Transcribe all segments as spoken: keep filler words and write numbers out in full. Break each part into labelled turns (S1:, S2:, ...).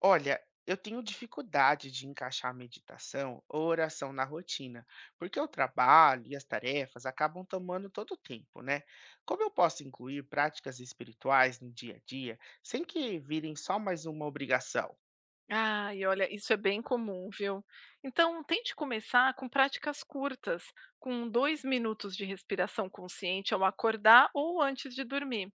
S1: Olha, eu tenho dificuldade de encaixar a meditação ou oração na rotina, porque o trabalho e as tarefas acabam tomando todo o tempo, né? Como eu posso incluir práticas espirituais no dia a dia sem que virem só mais uma obrigação,
S2: Ai, olha, isso é bem comum, viu? Então, tente começar com práticas curtas, com dois minutos de respiração consciente ao acordar ou antes de dormir.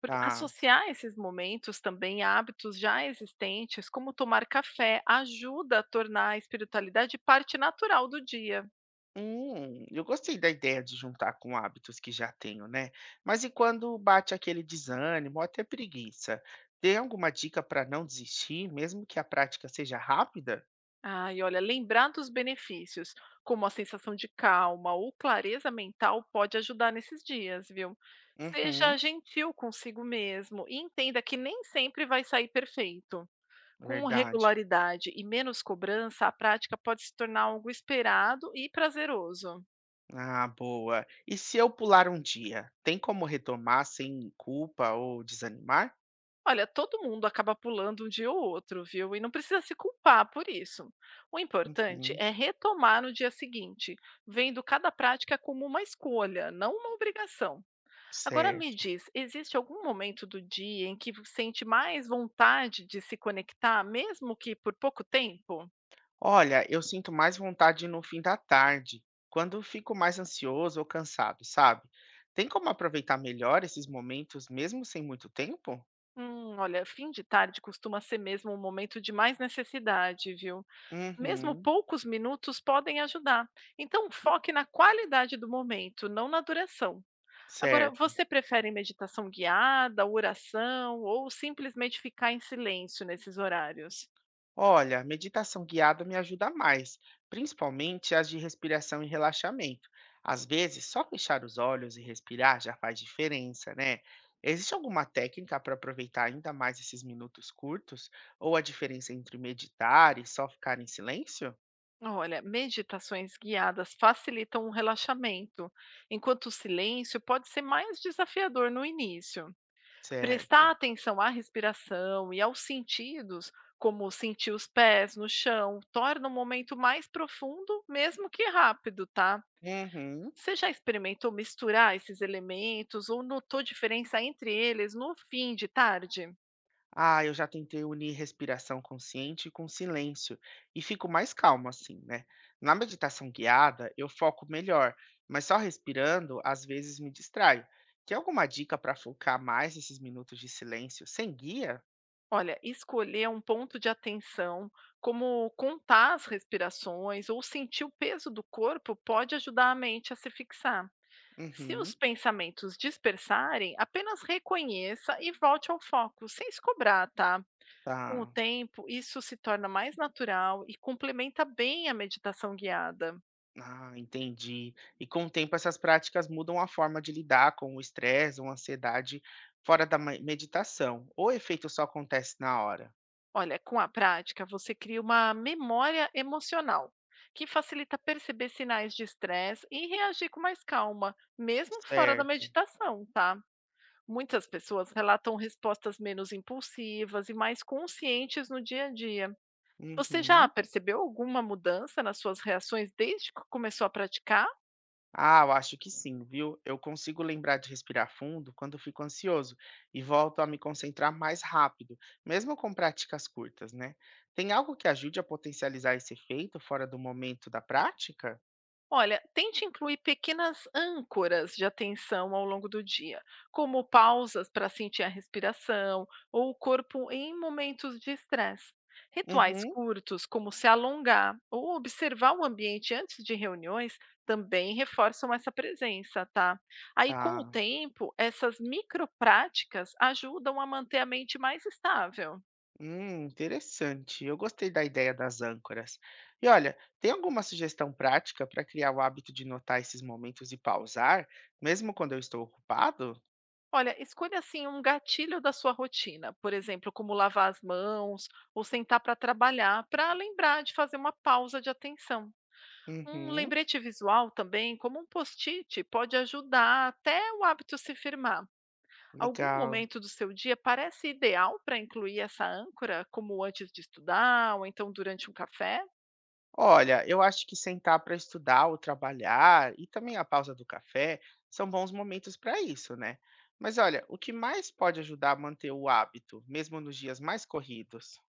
S2: Porque
S1: tá?
S2: associar esses momentos também a hábitos já existentes, como tomar café, ajuda a tornar a espiritualidade parte natural do dia.
S1: Hum, eu gostei da ideia de juntar com hábitos que já tenho, né? Mas e quando bate aquele desânimo ou até preguiça? Tem alguma dica para não desistir, mesmo que a prática seja rápida?
S2: Ah, e olha, lembrar dos benefícios, como a sensação de calma ou clareza mental, pode ajudar nesses dias, viu? Seja
S1: Uhum,
S2: gentil consigo mesmo e entenda que nem sempre vai sair perfeito. Com
S1: verdade.
S2: regularidade e menos cobrança, a prática pode se tornar algo esperado e prazeroso.
S1: Ah, boa. E se eu pular um dia, tem como retomar sem culpa ou desanimar?
S2: Olha, todo mundo acaba pulando um dia ou outro, viu? E não precisa se culpar por isso. O importante
S1: Uhum,
S2: é retomar no dia seguinte, vendo cada prática como uma escolha, não uma obrigação. Agora me
S1: certo.
S2: diz, existe algum momento do dia em que você sente mais vontade de se conectar, mesmo que por pouco tempo?
S1: Olha, eu sinto mais vontade no fim da tarde, quando eu fico mais ansioso ou cansado, sabe? Tem como aproveitar melhor esses momentos mesmo sem muito tempo?
S2: Hum, olha, fim de tarde costuma ser mesmo um momento de mais necessidade, viu. Mesmo
S1: Uhum,
S2: poucos minutos podem ajudar. Então foque na qualidade do momento, não na duração. Agora,
S1: certo.
S2: você prefere meditação guiada, oração ou simplesmente ficar em silêncio nesses horários?
S1: Olha, meditação guiada me ajuda mais, principalmente as de respiração e relaxamento. Às vezes, só fechar os olhos e respirar já faz diferença, né? Existe alguma técnica para aproveitar ainda mais esses minutos curtos? Ou a diferença entre meditar e só ficar em silêncio?
S2: Olha, meditações guiadas facilitam o relaxamento, enquanto o silêncio pode ser mais desafiador no início. Prestar
S1: Certo.
S2: atenção à respiração e aos sentidos, como sentir os pés no chão, torna o momento mais profundo, mesmo que rápido, tá?
S1: Uhum.
S2: Você já experimentou misturar esses elementos ou notou diferença entre eles no fim de tarde?
S1: Ah, eu já tentei unir respiração consciente com silêncio e fico mais calmo assim, né? Na meditação guiada, eu foco melhor, mas só respirando às vezes me distraio. Tem alguma dica para focar mais esses minutos de silêncio sem guia?
S2: Olha, escolher um ponto de atenção, como contar as respirações ou sentir o peso do corpo, pode ajudar a mente a se fixar. Se os
S1: Uhum,
S2: pensamentos dispersarem, apenas reconheça e volte ao foco, sem se cobrar, tá? Com o
S1: tá.
S2: tempo, isso se torna mais natural e complementa bem a meditação guiada.
S1: Ah, entendi. E com o tempo essas práticas mudam a forma de lidar com o estresse ou ansiedade fora da me- meditação, ou o efeito só acontece na hora?
S2: Olha, com a prática, você cria uma memória emocional, que facilita perceber sinais de estresse e reagir com mais calma, mesmo fora da
S1: Certo.
S2: meditação, tá? Muitas pessoas relatam respostas menos impulsivas e mais conscientes no dia a dia. Você já
S1: Uhum.
S2: percebeu alguma mudança nas suas reações desde que começou a praticar?
S1: Ah, eu acho que sim, viu? Eu consigo lembrar de respirar fundo quando fico ansioso e volto a me concentrar mais rápido, mesmo com práticas curtas, né? Tem algo que ajude a potencializar esse efeito fora do momento da prática?
S2: Olha, tente incluir pequenas âncoras de atenção ao longo do dia, como pausas para sentir a respiração ou o corpo em momentos de estresse. Rituais
S1: Uhum.
S2: curtos, como se alongar ou observar o ambiente antes de reuniões, também reforçam essa presença, tá? Aí, com o
S1: Ah,
S2: tempo, essas micropráticas ajudam a manter a mente mais estável.
S1: hum, interessante. Eu gostei da ideia das âncoras. E olha, tem alguma sugestão prática para criar o hábito de notar esses momentos e pausar, mesmo quando eu estou ocupado?
S2: Olha, escolha assim um gatilho da sua rotina, por exemplo, como lavar as mãos ou sentar para trabalhar, para lembrar de fazer uma pausa de atenção. Um
S1: Uhum,
S2: lembrete visual também, como um post-it, pode ajudar até o hábito se firmar. Algum
S1: legal.
S2: momento do seu dia parece ideal para incluir essa âncora, como antes de estudar ou então durante um café?
S1: Olha, eu acho que sentar para estudar ou trabalhar e também a pausa do café são bons momentos para isso, né? Mas olha, o que mais pode ajudar a manter o hábito, mesmo nos dias mais corridos?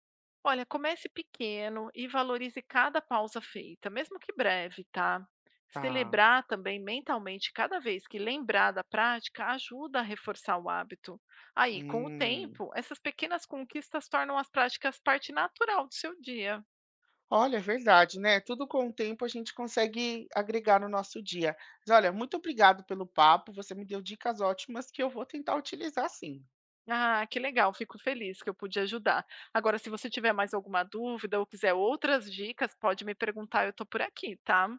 S2: Olha, comece pequeno e valorize cada pausa feita, mesmo que breve, tá?
S1: Tá.
S2: Celebrar também mentalmente cada vez que lembrar da prática ajuda a reforçar o hábito. Aí, com o
S1: Hum.
S2: tempo, essas pequenas conquistas tornam as práticas parte natural do seu dia.
S1: Olha, é verdade, né? Tudo com o tempo a gente consegue agregar no nosso dia. Mas olha, muito obrigado pelo papo. Você me deu dicas ótimas que eu vou tentar utilizar sim.
S2: Ah, que legal, fico feliz que eu pude ajudar. Agora, se você tiver mais alguma dúvida ou quiser outras dicas, pode me perguntar, eu tô por aqui, tá?